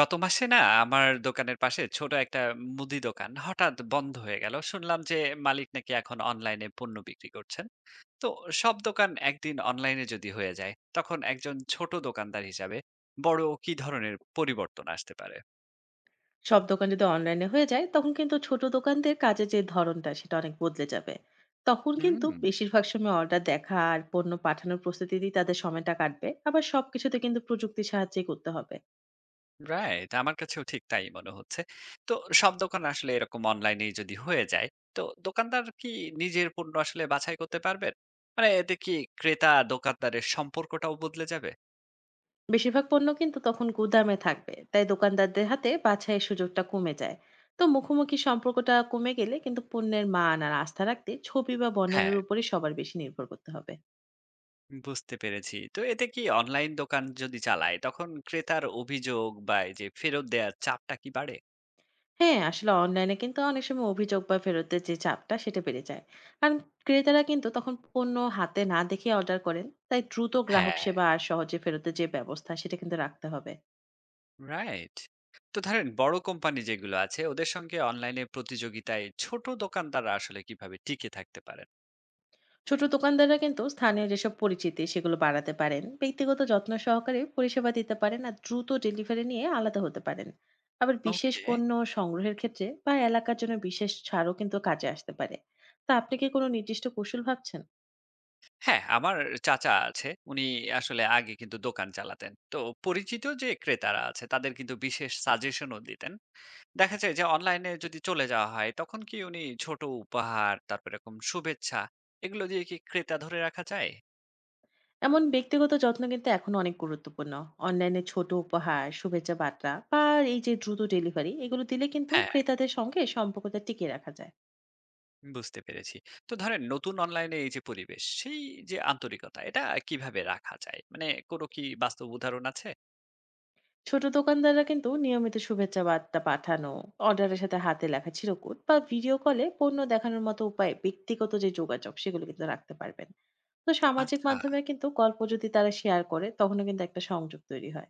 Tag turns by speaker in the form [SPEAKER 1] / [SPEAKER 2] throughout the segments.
[SPEAKER 1] গত মাসে না, আমার দোকানের পাশে ছোট একটা মুদি দোকান হঠাৎ বন্ধ হয়ে গেল। শুনলাম যে মালিক নাকি এখন অনলাইনে পণ্য বিক্রি করছেন। তো সব দোকান একদিন অনলাইনে যদি হয়ে যায়, তখন একজন ছোট দোকানদার হিসাবে বড় কি ধরনের পরিবর্তন আসতে পারে?
[SPEAKER 2] সব দোকান যদি অনলাইনে হয়ে যায় তখন কিন্তু ছোট দোকানদের কাজের যে ধরনটা সেটা অনেক বদলে যাবে। তখন কিন্তু
[SPEAKER 1] হুম,
[SPEAKER 2] বেশিরভাগ সময় অর্ডার দেখা আর পণ্য পাঠানোর প্রস্তুতিতেই তাদের সময়টা কাটবে, আবার সবকিছুতে কিন্তু প্রযুক্তির সাহায্যে করতে হবে।
[SPEAKER 1] রাইট, আমার কাছেও ঠিক তাই মনে হচ্ছে। তো সব দোকান আসলে এরকম অনলাইনে যদি হয়ে যায়, তো দোকানদার কি নিজের পণ্য আসলে বাছাই করতে পারবেন? মানে এতে কি ক্রেতা দোকানদারের সম্পর্কটাও বদলে যাবে?
[SPEAKER 2] বেশিরভাগ পণ্য কিন্তু তখন গুদামে থাকবে, তাই দোকানদারদের হাতে বাছাইয়ের সুযোগটা কমে যায়। তো মুখোমুখি সম্পর্কটা কমে গেলে কিন্তু পণ্যের মান আর আস্থা রাখতে ছবি বা
[SPEAKER 1] হ্যাঁ,
[SPEAKER 2] বর্ণনার উপরে সবার বেশি নির্ভর করতে হবে।
[SPEAKER 1] বুঝতে পেরেছি। তো এতে কি অনলাইন দোকান যদি চালায়, তখন ক্রেতার অভিযোগ বা এই যে ফেরত দেওয়ার চাপটা কি বাড়ে?
[SPEAKER 2] হ্যাঁ, আসলে অনলাইনে কিন্তু অনেক সময় অভিযোগ বা ফেরতের যে চাপটা সেটা বেড়ে যায়। কারণ ক্রেতারা কিন্তু তখন পণ্য হাতে না দেখে অর্ডার করেন। তাই দ্রুত গ্রাহক
[SPEAKER 1] হ্যাঁ,
[SPEAKER 2] সেবা আর সহজে ফেরতের যে ব্যবস্থা সেটা কিন্তু রাখতে হবে।
[SPEAKER 1] রাইট। তো ধরেন বড় কোম্পানি যেগুলো আছে ওদের সঙ্গে অনলাইনে প্রতিযোগিতায় ছোট দোকানদাররা আসলে কিভাবে টিকে থাকতে পারেন?
[SPEAKER 2] ছোট দোকানদাররা কিন্তু স্থানীয় যেসব পরিচিতি সেগুলো বাড়াতে পারেন। ব্যক্তিগত যত্ন সহকারে পরিষেবা দিতে পারেন আর দ্রুত ডেলিভারি নিয়ে আলাদা হতে পারেন। আবার বিশেষ
[SPEAKER 1] ওকে।
[SPEAKER 2] পণ্য সংগ্রহের ক্ষেত্রে বা এলাকার জন্য বিশেষ ছাড়ও কিন্তু কাজে আসতে পারে। তা আপনি কি কোনো নির্দিষ্ট কৌশল ভাবছেন?
[SPEAKER 1] হ্যাঁ, আমার চাচা আছে। উনি আসলে আগে কিন্তু দোকান চালাতেন। তো পরিচিত যে ক্রেতারা আছে তাদের কিন্তু বিশেষ সাজেশনও দিতেন। দেখা যায় যে অনলাইনে যদি চলে যাওয়া হয়, তখন কি উনি ছোট উপহার, তারপর এরকম শুভেচ্ছা, এগুলো দিয়ে কি ক্রেতা ধরে রাখা যায়?
[SPEAKER 2] এমন ব্যক্তিগত যত্ন কিন্তু এখন অনেক গুরুত্বপূর্ণ। অনলাইনে ছোট উপহার, শুভেচ্ছা বার্তা বা এই যে দ্রুত ডেলিভারি, এগুলো দিলে কিন্তু
[SPEAKER 1] হ্যাঁ,
[SPEAKER 2] ক্রেতাদের সঙ্গে সম্পর্কটা টিকিয়ে রাখা যায়।
[SPEAKER 1] বুঝতে পেরেছি। তো ধরেন নতুন অনলাইনে এই যে পরিবেশ, সেই যে আন্তরিকতা, এটা কিভাবে রাখা যায়? মানে কোনো কি বাস্তব উদাহরণ আছে?
[SPEAKER 2] ছোট দোকানদাররা কিন্তু নিয়মিত শুভেচ্ছা বার্তা পাঠানো, অর্ডারের সাথে হাতে লেখা চিরকুট বা ভিডিও কলে পণ্য দেখানোর মতো উপায়ে ব্যক্তিগত যে যোগাযোগ সেগুলো কিন্তু রাখতে পারবেন। তো সামাজিক
[SPEAKER 1] আচ্ছা।
[SPEAKER 2] মাধ্যমে কিন্তু গল্প যদি তারা শেয়ার করে তখনও কিন্তু একটা সংযোগ তৈরি হয়।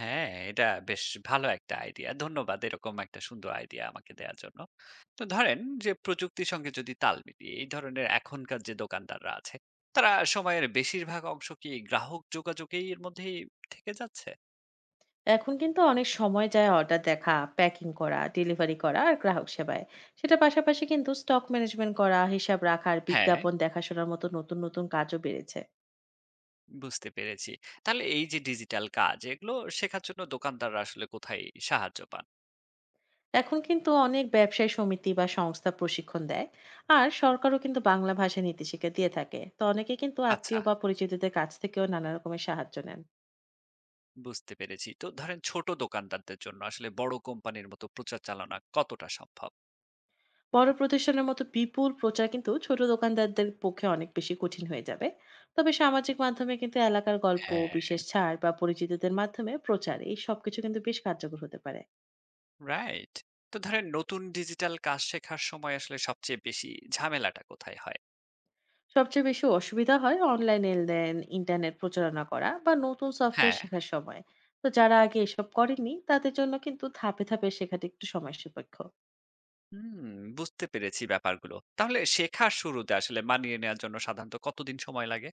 [SPEAKER 1] হ্যাঁ, এটা বেশ ভালো একটা আইডিয়া। ধন্যবাদ এরকম একটা সুন্দর আইডিয়া আমাকে দেয়ার জন্য। তো ধরেন যে প্রযুক্তির সঙ্গে যদি তাল মিলিয়ে এই ধরনের এখনকার যে দোকানদাররা আছে, তারা সময়ের বেশিরভাগ অংশ কি গ্রাহক যোগাযোগেই এর মধ্যেই থেকে যাচ্ছে?
[SPEAKER 2] এখন কিন্তু অনেক সময় যায় অর্ডার দেখা, প্যাকিং করা, ডেলিভারি করা আর গ্রাহক সেবায়। সেটার পাশাপাশি কিন্তু স্টক ম্যানেজমেন্ট করা, হিসাব রাখা আর
[SPEAKER 1] হ্যাঁ,
[SPEAKER 2] বিজ্ঞাপন দেখাশোনার মতো নতুন নতুন কাজও বেড়েছে।
[SPEAKER 1] বুঝতে পেরেছি। তাহলে এই যে ডিজিটাল কাজ, এগুলো শেখার জন্য দোকানদাররা আসলে কোথায় সাহায্য পান?
[SPEAKER 2] এখন কিন্তু অনেক ব্যবসায়ী সমিতি বা সংস্থা প্রশিক্ষণ দেয়, আর সরকারও কিন্তু বাংলা ভাষা নীতিশিক্ষা দিয়ে থাকে। তো অনেকে কিন্তু
[SPEAKER 1] আচ্ছা,
[SPEAKER 2] আত্মীয় বা পরিচিতদের কাছ থেকেও নানা রকমের সাহায্য নেন।
[SPEAKER 1] বুঝতে পেরেছি। তো ধরেন ছোট দোকানদারদের জন্য আসলে বড় কোম্পানির মতো প্রচার চালানো কতটা সম্ভব?
[SPEAKER 2] বড় প্রতিষ্ঠানের মতো বিপুল প্রচার কিন্তু ছোট দোকানদারদের পক্ষে অনেক বেশি কঠিন হয়ে যাবে। তবে সামাজিক মাধ্যমে কিন্তু এলাকার গল্প,
[SPEAKER 1] হ্যাঁ,
[SPEAKER 2] বিশেষ ছাড় বা পরিচিতদের মাধ্যমে প্রচার, এই সবকিছু কিন্তু বেশ কার্যকর হতে পারে।
[SPEAKER 1] রাইট। তো ধরেন নতুন ডিজিটাল কাজ শেখার সময় আসলে সবচেয়ে বেশি ঝামেলাটা কোথায় হয়?
[SPEAKER 2] সবচেয়ে বেশি অসুবিধা হয় অনলাইন লেনদেন, ইন্টারনেট প্রচারণা করা বা নতুন সফটওয়্যার
[SPEAKER 1] হ্যাঁ।
[SPEAKER 2] শেখার সময়। তো যারা আগে এসব করেনি তাদের জন্য কিন্তু ধাপে ধাপে শেখাটা একটু সময় সাপেক্ষ।
[SPEAKER 1] হুম, বুঝতে পেরেছি ব্যাপারগুলো। তাহলে শেখার শুরুতে আসলে মানিয়ে নেওয়ার জন্য সাধারণত কতদিন সময় লাগে?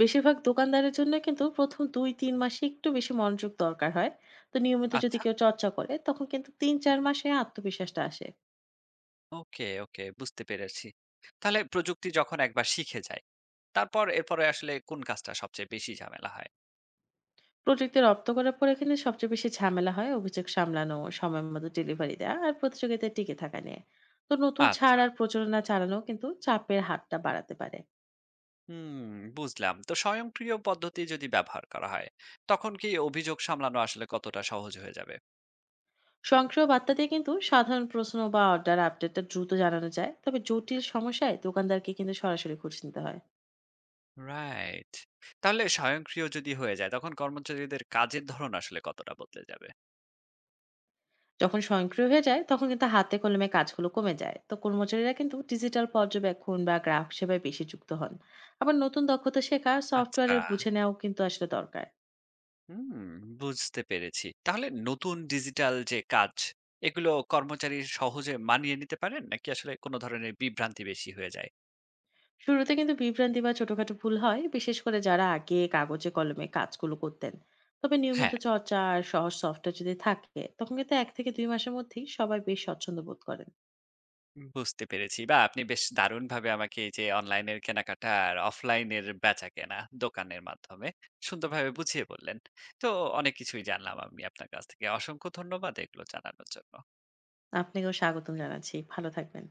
[SPEAKER 2] বেশিরভাগ দোকানদারের জন্য কিন্তু প্রথম ২-৩ মাসে একটু বেশি মনোযোগ দরকার হয়। তো নিয়মিত যদি
[SPEAKER 1] আচ্ছা,
[SPEAKER 2] কেউ চর্চা করে তখন কিন্তু ৩-৪ মাসে আত্মবিশ্বাসটা আসে।
[SPEAKER 1] ওকে, ওকে, বুঝতে পেরেছি। তাহলে প্রযুক্তি যখন একবার শিখে যায়, তারপর এরপরে আসলে কোন কাজটা সবচেয়ে বেশি ঝামেলা হয়?
[SPEAKER 2] প্রযুক্তি রপ্ত করার পরে কিন্তু সবচেয়ে বেশি ঝামেলা হয় অভিযোগ সামলানো, সময় মতো ডেলিভারি দেওয়া আর প্রতিযোগিতায় টিকে থাকা নিয়ে। তো নতুন ছাড়
[SPEAKER 1] আচ্ছা,
[SPEAKER 2] আর প্রচারণা চালানো কিন্তু চাপের হাতটা বাড়াতে পারে।
[SPEAKER 1] হুম, বুঝলাম। তো স্বয়ংক্রিয় পদ্ধতি যদি ব্যবহার করা হয়, তখন কি অভিযোগ সামলানো আসলে কতটা সহজ হয়ে যাবে?
[SPEAKER 2] স্বয়ংক্রিয় বার্তা দিয়ে কিন্তু সাধারণ প্রশ্ন বা অর্ডার আপডেটটা দ্রুত জানানো যায়। তবে জটিল সমস্যায় দোকানদারকে কিন্তু সরাসরি খোঁজ নিতে হয়।
[SPEAKER 1] রাইট। তাহলে স্বয়ংক্রিয় যদি হয়ে যায় তখন কর্মচারীদের কাজের ধরন আসলে কতটা বদলে যাবে?
[SPEAKER 2] যখন স্বয়ংক্রিয় হয়ে যায় তখন কিন্তু হাতে কলমে কাজগুলো কমে যায়, তো কর্মচারীরা কিন্তু ডিজিটাল পর্যবেক্ষণ বা গ্রাহক সেবায় বেশি যুক্ত হন। আবার নতুন দক্ষতা শেখা,
[SPEAKER 1] আচ্ছা,
[SPEAKER 2] সফটওয়্যারের বুঝে নেওয়াও কিন্তু আসলে দরকার।
[SPEAKER 1] হুম, বুঝতে পেরেছি। তাহলে নতুন ডিজিটাল যে কাজ, এগুলো কর্মচারী সহজে মানিয়ে নিতে পারেন নাকি আসলে কোনো ধরনের বিভ্রান্তি বেশি হয়ে যায়?
[SPEAKER 2] শুরুতে কিন্তু বিভ্রান্তি বা ছোটখাটো ভুল হয়, বিশেষ করে যারা আগে কাগজে কলমে কাজগুলো করতেন। তবে নিয়মিত
[SPEAKER 1] হ্যাঁ,
[SPEAKER 2] চর্চা আর সহজ সফটওয়্যার যদি থাকে তখন কিন্তু ১-২ মাসের মধ্যেই সবাই বেশ স্বচ্ছন্দ বোধ করেন।
[SPEAKER 1] বুঝতে পেরেছি। বা আপনি বেশ দারুণভাবে আমাকে এই যে অনলাইনের কেনাকাটা আর অফলাইনের বেচাকেনা দোকানের মাধ্যমে সুন্দরভাবে বুঝিয়ে বললেন। তো অনেক কিছুই জানলাম আমি আপনার কাছ থেকে। অসংখ্য ধন্যবাদ এগুলো জানানোর জন্য।
[SPEAKER 2] আপনাকেও স্বাগতম জানাচ্ছি, ভালো থাকবেন।